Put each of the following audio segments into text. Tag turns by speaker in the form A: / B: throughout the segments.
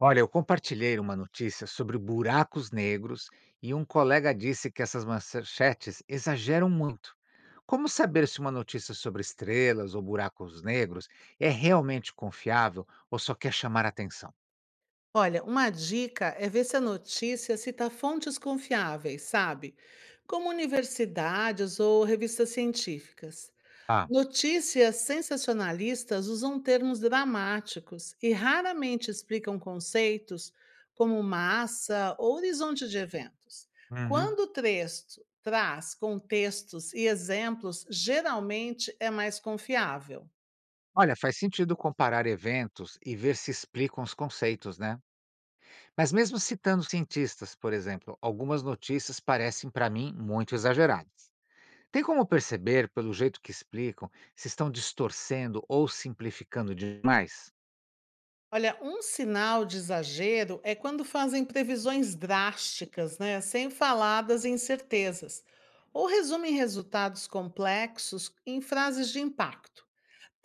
A: Olha, eu compartilhei uma notícia sobre buracos negros e um colega disse que essas manchetes exageram muito. Como saber se uma notícia sobre estrelas ou buracos negros é realmente confiável ou só quer chamar atenção?
B: Olha, uma dica é ver se a notícia cita fontes confiáveis, sabe? Como universidades ou revistas científicas.
A: Ah,
B: Notícias sensacionalistas usam termos dramáticos e raramente explicam conceitos como massa ou horizonte de eventos.
A: uhum.
B: Quando o texto traz contextos e exemplos, geralmente é mais confiável.
A: Olha, faz sentido comparar eventos e ver se explicam os conceitos, né? Mas mesmo citando cientistas, por exemplo, algumas notícias parecem para mim muito exageradas. Tem como perceber, pelo jeito que explicam, se estão distorcendo ou simplificando demais?
B: Olha, um sinal de exagero é quando fazem previsões drásticas, né, sem faladas e incertezas, ou resumem resultados complexos em frases de impacto.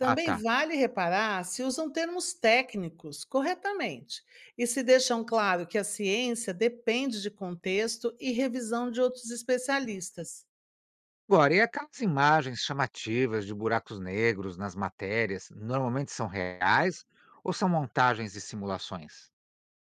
A: Ah, tá.
B: vale reparar se usam termos técnicos corretamente e se deixam claro que a ciência depende de contexto e revisão de outros especialistas.
A: Agora, e aquelas imagens chamativas de buracos negros nas matérias, normalmente são reais ou são montagens e simulações?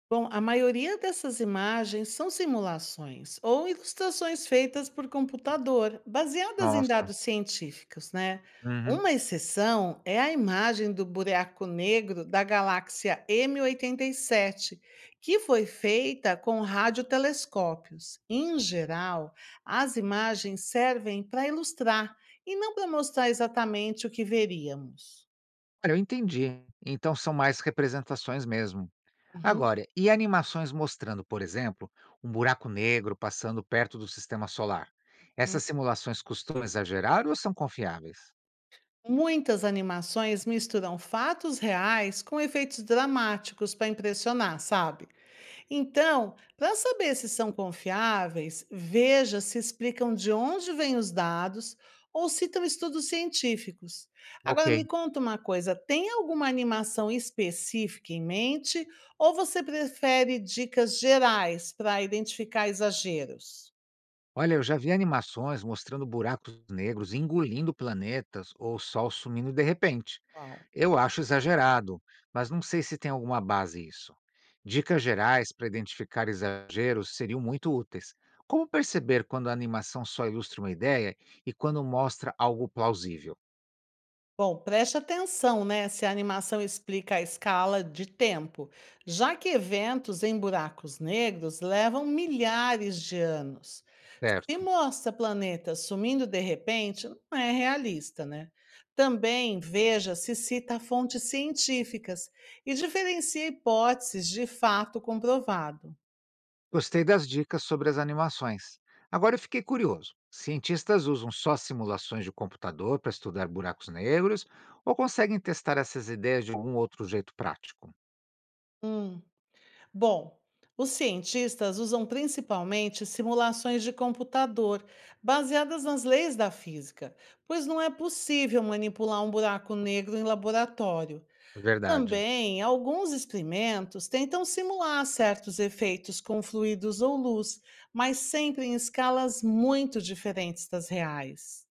B: Bom, a maioria dessas imagens são simulações ou ilustrações feitas por computador, baseadas em
A: Nossa.
B: dados científicos, né?
A: Uhum.
B: Uma exceção é a imagem do buraco negro da galáxia M87, que foi feita com radiotelescópios. Em geral, as imagens servem para ilustrar e não para mostrar exatamente o que veríamos.
A: Olha, eu entendi. Então são mais representações mesmo.
B: Uhum.
A: Agora, e animações mostrando, por exemplo, um buraco negro passando perto do sistema solar? Essas simulações costumam exagerar ou são confiáveis?
B: Muitas animações misturam fatos reais com efeitos dramáticos para impressionar, sabe? Então, para saber se são confiáveis, veja se explicam de onde vêm os dados ou citam estudos científicos.
A: Ok.
B: Agora me conta uma coisa, tem alguma animação específica em mente ou você prefere dicas gerais para identificar exageros?
A: Olha, eu já vi animações mostrando buracos negros engolindo planetas ou o Sol sumindo de repente.
B: Uau.
A: Eu acho exagerado, mas não sei se tem alguma base isso. Dicas gerais para identificar exageros seriam muito úteis. Como perceber quando a animação só ilustra uma ideia e quando mostra algo plausível,
B: Bom, preste atenção, né, se a animação explica a escala de tempo, já que eventos em buracos negros levam milhares de anos. Se
A: certo?
B: mostra planetas sumindo de repente, não é realista, né? Também veja se cita fontes científicas e diferencia hipóteses de fato comprovado.
A: Gostei das dicas sobre as animações. Agora eu fiquei curioso. Cientistas usam só simulações de computador para estudar buracos negros ou conseguem testar essas ideias de algum outro jeito prático?
B: Hum. Bom, os cientistas usam principalmente simulações de computador, baseadas nas leis da física, pois não é possível manipular um buraco negro em laboratório.
A: Verdade.
B: Também, alguns experimentos tentam simular certos efeitos com fluidos ou luz, mas sempre em escalas muito diferentes das reais.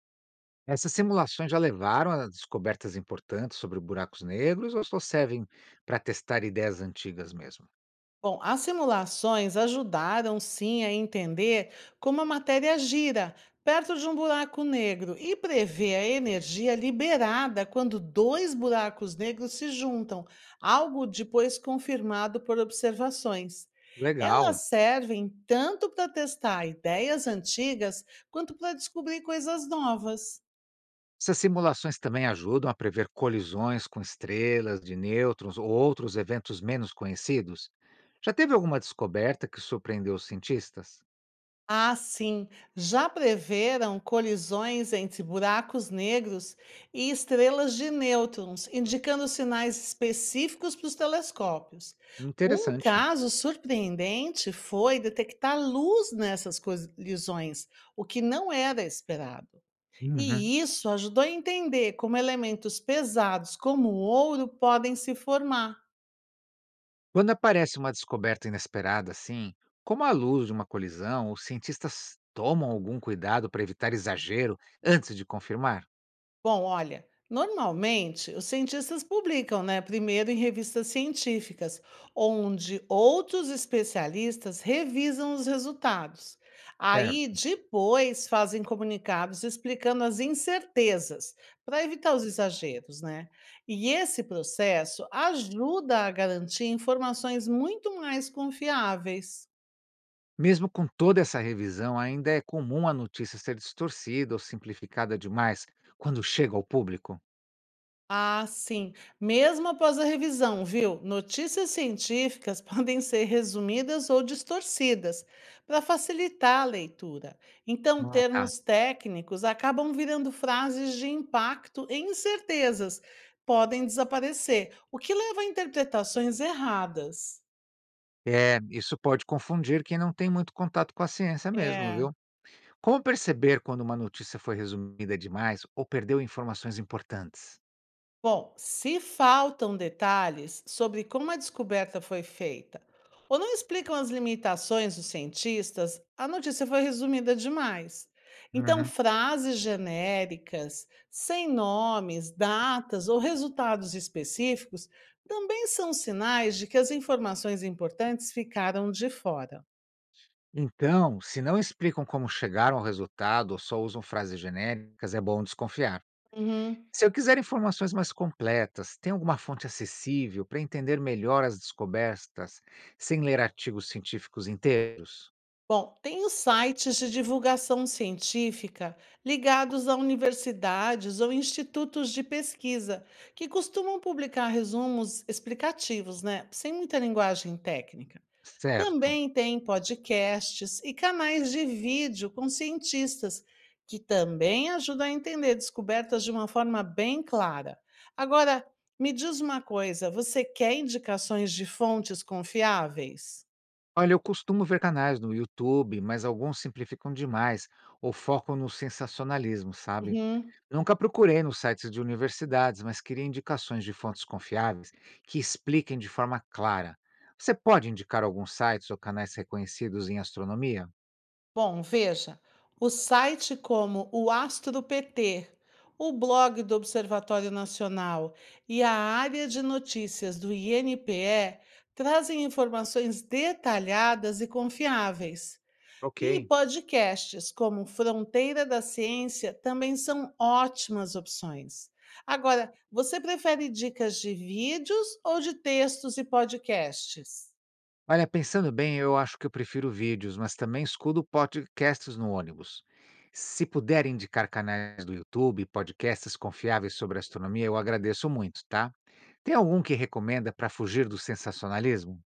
A: Essas simulações já levaram a descobertas importantes sobre buracos negros ou só servem para testar ideias antigas mesmo?
B: Bom, as simulações ajudaram sim a entender como a matéria gira perto de um buraco negro e prever a energia liberada quando dois buracos negros se juntam, algo depois confirmado por observações.
A: Legal.
B: Elas servem tanto para testar ideias antigas quanto para descobrir coisas novas.
A: Essas simulações também ajudam a prever colisões com estrelas de nêutrons ou outros eventos menos conhecidos? Já teve alguma descoberta que surpreendeu os cientistas?
B: Ah, sim. Já preveram colisões entre buracos negros e estrelas de nêutrons, indicando sinais específicos para os telescópios. Um
A: Interessante.
B: caso surpreendente foi detectar luz nessas colisões, o que não era esperado.
A: Uhum.
B: E isso ajudou a entender como elementos pesados como o ouro podem se formar.
A: Quando aparece uma descoberta inesperada assim, como a luz de uma colisão, os cientistas tomam algum cuidado para evitar exagero antes de confirmar?
B: Bom, olha, normalmente os cientistas publicam, né, primeiro em revistas científicas, onde outros especialistas revisam os resultados. Aí
A: Certo.
B: depois fazem comunicados explicando as incertezas, para evitar os exageros, né? E esse processo ajuda a garantir informações muito mais confiáveis.
A: Mesmo com toda essa revisão, ainda é comum a notícia ser distorcida ou simplificada demais quando chega ao público?
B: Ah, sim. Mesmo após a revisão, viu? Notícias científicas podem ser resumidas ou distorcidas para facilitar a leitura. Então,
A: Ah, tá.
B: termos técnicos acabam virando frases de impacto e incertezas podem desaparecer, o que leva a interpretações erradas.
A: É, isso pode confundir quem não tem muito contato com a ciência mesmo,
B: É.
A: viu? Como perceber quando uma notícia foi resumida demais ou perdeu informações importantes?
B: Bom, se faltam detalhes sobre como a descoberta foi feita ou não explicam as limitações dos cientistas, a notícia foi resumida demais. Então,
A: Uhum.
B: frases genéricas, sem nomes, datas ou resultados específicos também são sinais de que as informações importantes ficaram de fora.
A: Então, se não explicam como chegaram ao resultado ou só usam frases genéricas, é bom desconfiar.
B: Uhum.
A: Se eu quiser informações mais completas, tem alguma fonte acessível para entender melhor as descobertas sem ler artigos científicos inteiros?
B: Bom, tem os sites de divulgação científica ligados a universidades ou institutos de pesquisa, que costumam publicar resumos explicativos, né? Sem muita linguagem técnica.
A: Certo.
B: Também tem podcasts e canais de vídeo com cientistas, que também ajudam a entender descobertas de uma forma bem clara. Agora, me diz uma coisa: você quer indicações de fontes confiáveis?
A: Olha, eu costumo ver canais no YouTube, mas alguns simplificam demais ou focam no sensacionalismo, sabe?
B: Uhum.
A: Nunca procurei nos sites de universidades, mas queria indicações de fontes confiáveis que expliquem de forma clara. Você pode indicar alguns sites ou canais reconhecidos em astronomia?
B: Bom, veja, o site como o Astro PT, o blog do Observatório Nacional e a área de notícias do INPE trazem informações detalhadas e confiáveis. E
A: Ok.
B: podcasts como Fronteira da Ciência também são ótimas opções. Agora, você prefere dicas de vídeos ou de textos e podcasts?
A: Olha, pensando bem, eu acho que eu prefiro vídeos, mas também escuto podcasts no ônibus. Se puder indicar canais do YouTube, podcasts confiáveis sobre astronomia, eu agradeço muito, tá? Tem algum que recomenda para fugir do sensacionalismo?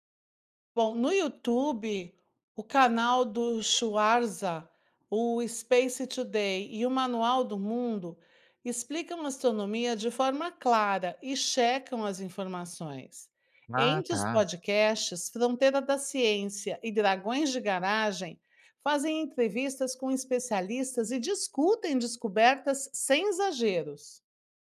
B: Bom, no YouTube, o canal do Schwarza, o Space Today e o Manual do Mundo explicam astronomia de forma clara e checam as informações.
A: Ah,
B: Entre os
A: tá.
B: podcasts, Fronteira da Ciência e Dragões de Garagem fazem entrevistas com especialistas e discutem descobertas sem exageros.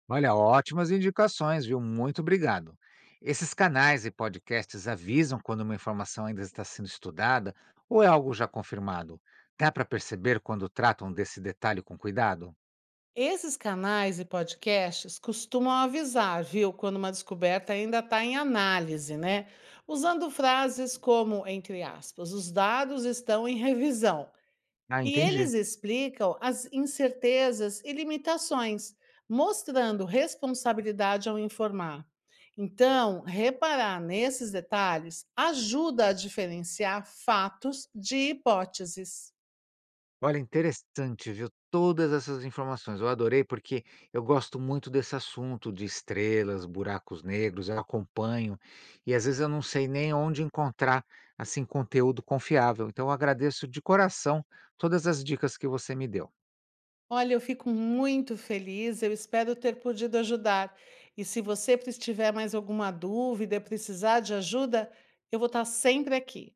A: Olha, ótimas indicações, viu? Muito obrigado. Esses canais e podcasts avisam quando uma informação ainda está sendo estudada ou é algo já confirmado? Dá para perceber quando tratam desse detalhe com cuidado?
B: Esses canais e podcasts costumam avisar, viu, quando uma descoberta ainda está em análise, né? Usando frases como, entre aspas, os dados estão em revisão.
A: Ah,
B: E
A: entendi.
B: eles explicam as incertezas e limitações, mostrando responsabilidade ao informar. Então, reparar nesses detalhes ajuda a diferenciar fatos de hipóteses.
A: Olha, interessante, viu, todas essas informações. Eu adorei, porque eu gosto muito desse assunto de estrelas, buracos negros, eu acompanho, e às vezes eu não sei nem onde encontrar, assim, conteúdo confiável. Então eu agradeço de coração todas as dicas que você me deu.
B: Olha, eu fico muito feliz, eu espero ter podido ajudar. E se você tiver mais alguma dúvida, precisar de ajuda, eu vou estar sempre aqui.